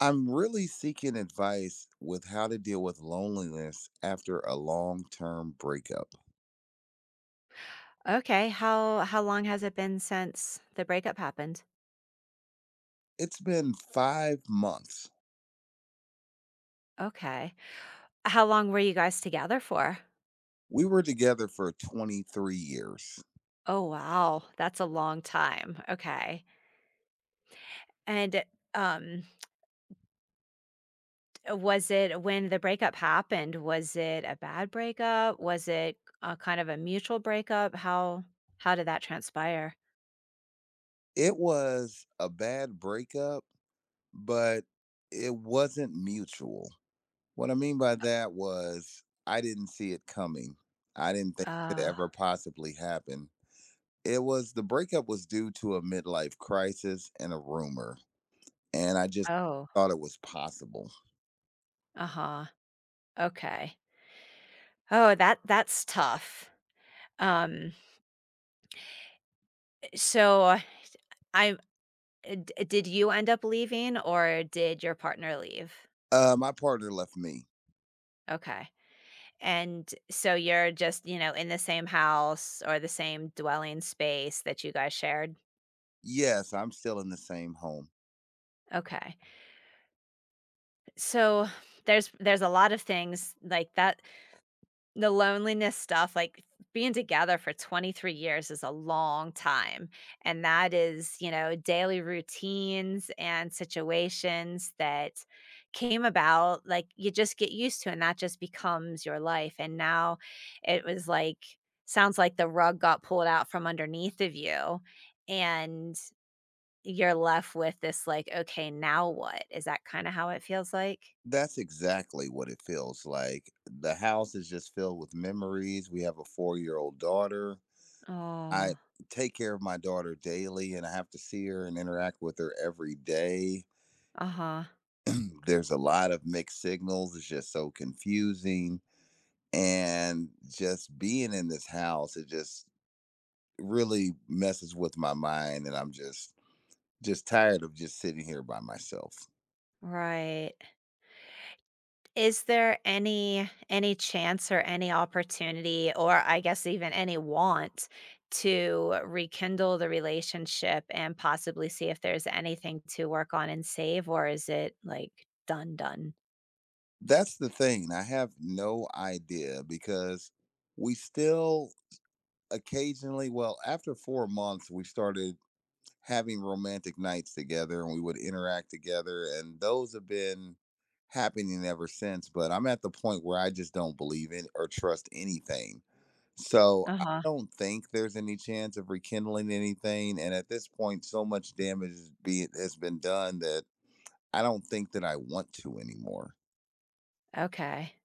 I'm really seeking advice with how to deal with loneliness after a long term breakup. Okay, how long has it been since the breakup happened? It's been 5 months. Okay. How long were you guys together for? We were together for 23 years. Oh, wow, that's a long time. Okay. And, um, was it when the breakup happened, was it a bad breakup? Was it a kind of a mutual breakup? How did that transpire? It was a bad breakup, but it wasn't mutual. What I mean by that was I didn't see it coming, I didn't think it could Oh, ever possibly happen. It was the breakup was due to a midlife crisis and a rumor, and I just oh, thought it was possible. uh-huh. Okay. Oh, that's tough. Um, so I did you end up leaving or did your partner leave? My partner left me. Okay, and so you're just, you know, in the same house or the same dwelling space that you guys shared? Yes, I'm still in the same home. Okay, so there's a lot of things like that. The loneliness stuff, like, being together for 23 years is a long time, and that is, you know, daily routines and situations that came about, like, you just get used to, and that just becomes your life, and now it was like, sounds like the rug got pulled out from underneath of you, and you're left with this, like, "Okay, now what?" Is that kinda how it feels like? That's exactly what it feels like. The house is just filled with memories. We have a 4 year old daughter. I Oh, take care of my daughter daily and I have to see her and interact with her every day. uh-huh, There's a lot of mixed signals. It's just so confusing. And just being in this house, it just really messes with my mind. And I'm just tired of just sitting here by myself. right. Is there any chance or any opportunity or I guess even any want to rekindle the relationship and possibly see if there's anything to work on and save, or is it like done, done? That's the thing. I have no idea because we still occasionally, well, after 4 months, we started having romantic nights together and we would interact together. And those have been happening ever since. But I'm at the point where I just don't believe in or trust anything. So I Uh-huh. don't think there's any chance of rekindling anything. And at this point, so much damage has been done that I don't think that I want to anymore. Okay.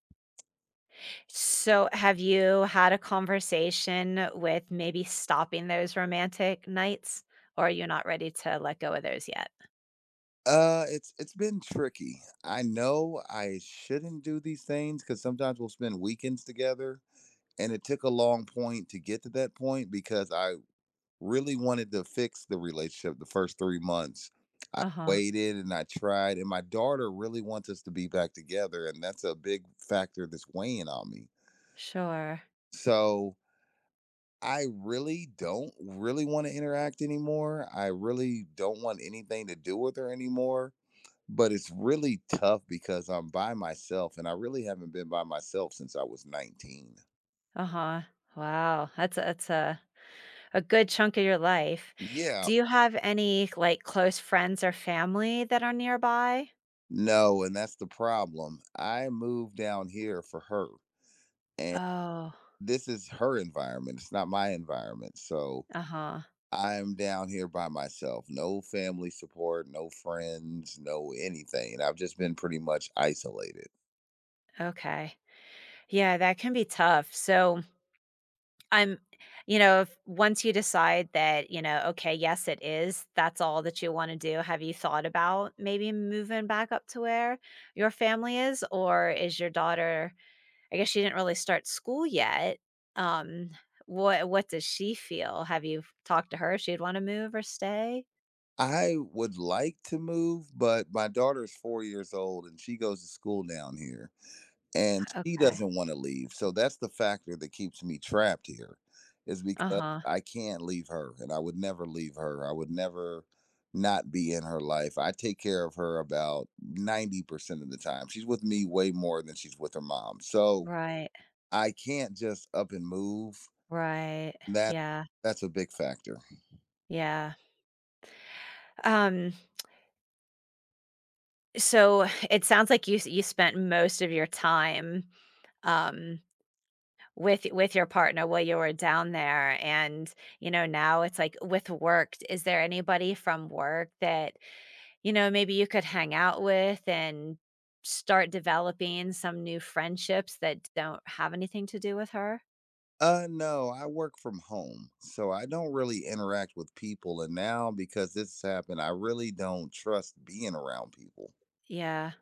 So have you had a conversation with maybe stopping those romantic nights, or are you not ready to let go of those yet? It's been tricky. I know I shouldn't do these things because sometimes we'll spend weekends together, and it took a long point to get to that point because I really wanted to fix the relationship the first 3 months. I Uh-huh. waited and I tried, and my daughter really wants us to be back together, and that's a big factor that's weighing on me. Sure. So I really don't really want to interact anymore. I really don't want anything to do with her anymore, but it's really tough because I'm by myself and I really haven't been by myself since I was 19. Uh-huh. Wow. That's a good chunk of your life. Yeah, Do you have any, like, close friends or family that are nearby? no, and that's the problem. I moved down here for her, and Oh, this is her environment. It's not my environment. So uh-huh, I'm down here by myself. No family support, no friends, no anything. I've just been pretty much isolated. okay. Yeah, that can be tough. So, I'm you know, if once you decide that, you know, okay, yes, it is, that's all that you wanna do, have you thought about maybe moving back up to where your family is? Or is your daughter I guess she didn't really start school yet. Um, what does she feel? Have you talked to her she'd wanna move or stay? I would like to move, but my daughter's 4 years old and she goes to school down here, and she Okay. doesn't want to leave. So that's the factor that keeps me trapped here is because Uh-huh. I can't leave her and I would never leave her. I would never not be in her life. I take care of her about 90% of the time. She's with me way more than she's with her mom. So Right. I can't just up and move. Right. That Yeah. that's a big factor. Yeah. Um, so it sounds like you spent most of your time um with your partner while you were down there. And you know, now it's like, with work, is there anybody from work that, you know, maybe you could hang out with and start developing some new friendships that don't have anything to do with her? No, I work from home. So I don't really interact with people and now because this has happened, I really don't trust being around people. Yeah.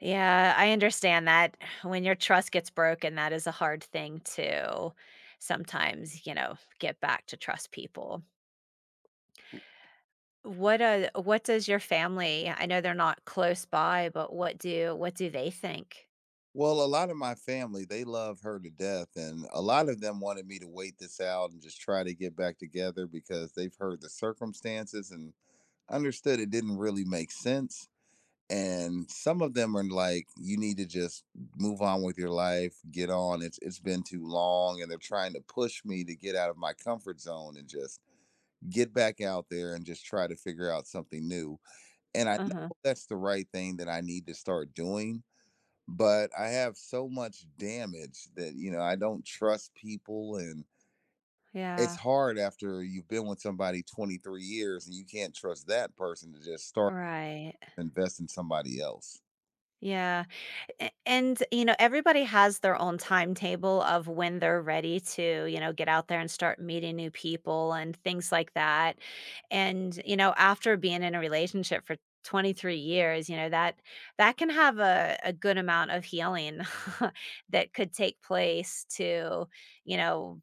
Yeah, I understand that. When your trust gets broken, that is a hard thing to sometimes, you know, get back to trust people. What does your family, I know they're not close by, but what do they think? Well, a lot of my family, they love her to death, and a lot of them wanted me to wait this out and just try to get back together because they've heard the circumstances and understood it didn't really make sense. And some of them are like, you need to just move on with your life, get on. It's been too long. And they're trying to push me to get out of my comfort zone and just get back out there and just try to figure out something new. And I Uh-huh. know that's the right thing that I need to start doing, but I have so much damage that you know I don't trust people, and it's Yeah. hard after you've been with somebody 23 years and you can't trust that person to just start Right. to invest in somebody else. Yeah. A and, you know, everybody has their own timetable of when they're ready to, you know, get out there and start meeting new people and things like that, and, you know, after being in a relationship for 23 years, you know, that can have a good amount of healing that could take place to, you know,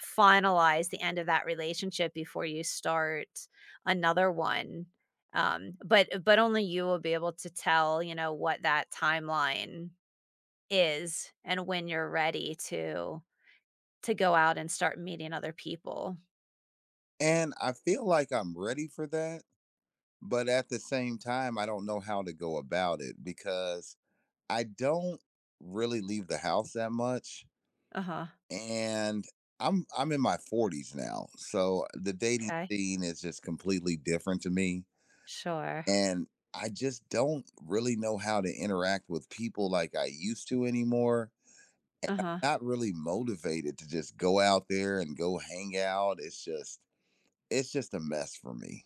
finalize the end of that relationship before you start another one, but only you will be able to tell, you know, what that timeline is and when you're ready to go out and start meeting other people. And I feel like I'm ready for that, but at the same time, I don't know how to go about it because I don't really leave the house that much, Uh-huh. and I'm in my 40s now, so the dating Okay. scene is just completely different to me Sure. and I just don't really know how to interact with people like I used to anymore. And Uh-huh. I'm not really motivated to just go out there and go hang out. It's just a mess for me.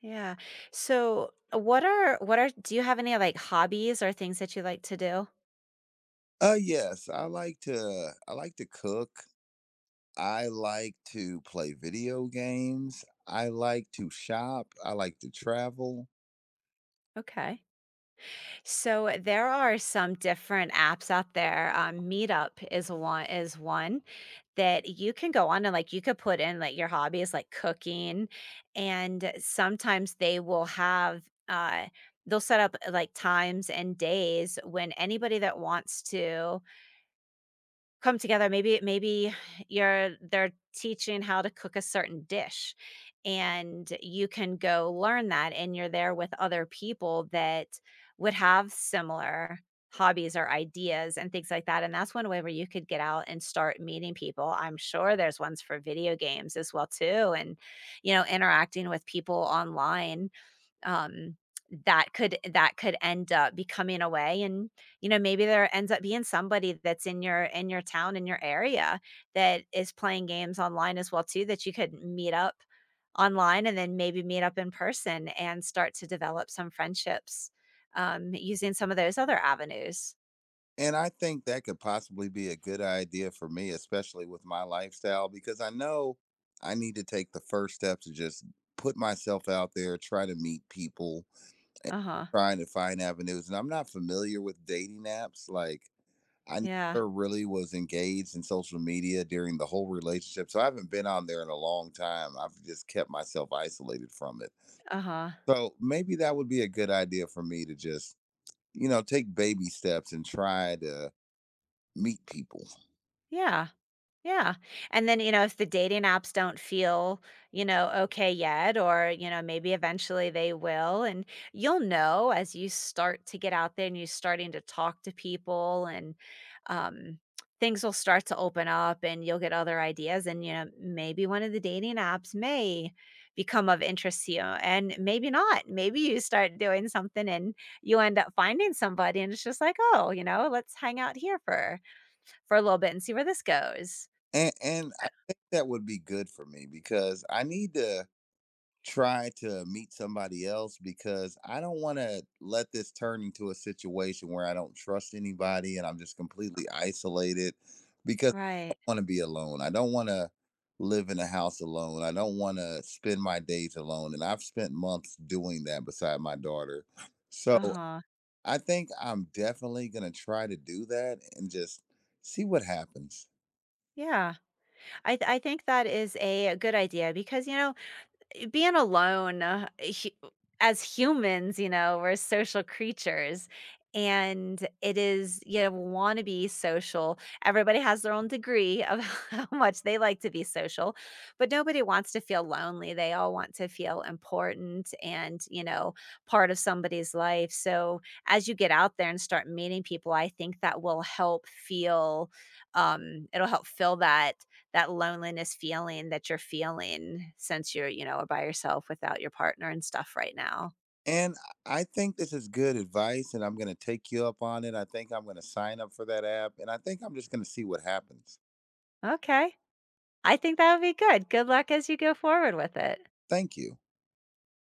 Yeah. So, what are do you have any, like, hobbies or things that you like to do? Yes, I like to cook. I like to play video games. I like to shop. I like to travel. Okay. So there are some different apps out there. Meetup is one that you can go on. And like, you could put in like your hobbies, like cooking, and sometimes they will have they'll set up like times and days when anybody that wants to come together, maybe you're they're teaching how to cook a certain dish, and you can go learn that, and you're there with other people that would have similar hobbies or ideas and things like that. And that's one way where you could get out and start meeting people. I'm sure there's ones for video games as well too, and, you know, interacting with people online, um, that could end up becoming a way. And you know, maybe there ends up being somebody that's in your town, in your area, that is playing games online as well too, that you could meet up online and then maybe meet up in person and start to develop some friendships, using some of those other avenues. And I think that could possibly be a good idea for me, especially with my lifestyle, because I know I need to take the first step to just put myself out there, try to meet people, Uh huh. trying to find avenues. And I'm not familiar with dating apps. Like, I Yeah. never really was engaged in social media during the whole relationship. So I haven't been on there in a long time. I've just kept myself isolated from it. Uh huh. So maybe that would be a good idea for me to just, you know, take baby steps and try to meet people. Yeah. Yeah. And then, you know, if the dating apps don't feel, you know, okay yet, or, you know, maybe eventually they will. And you'll know as you start to get out there and you're starting to talk to people. And um, things will start to open up and you'll get other ideas. And, you know, maybe one of the dating apps may become of interest to you and maybe not. Maybe you start doing something and you end up finding somebody and it's just like, oh, you know, let's hang out here for a little bit and see where this goes. And I think that would be good for me because I need to try to meet somebody else because I don't want to let this turn into a situation where I don't trust anybody and I'm just completely isolated because I Right. don't want to be alone. I don't want to live in a house alone. I don't want to spend my days alone and I've spent months doing that beside my daughter. So, Uh-huh. I think I'm definitely going to try to do that and just see what happens. Yeah. I think that is a good idea because, you know, being alone, hu- as humans, you know, we're social creatures. And it is, you want to be social. Everybody has their own degree of how much they like to be social, but nobody wants to feel lonely. They all want to feel important and, you know, part of somebody's life. So as you get out there and start meeting people, I think that will help feel, it'll help fill that, that loneliness feeling that you're feeling, since you're, you know, are by yourself without your partner and stuff right now. And I think this is good advice, and I'm going to take you up on it. I think I'm going to sign up for that app, and I think I'm just going to see what happens. Okay. I think that would be good. Good luck as you go forward with it. Thank you.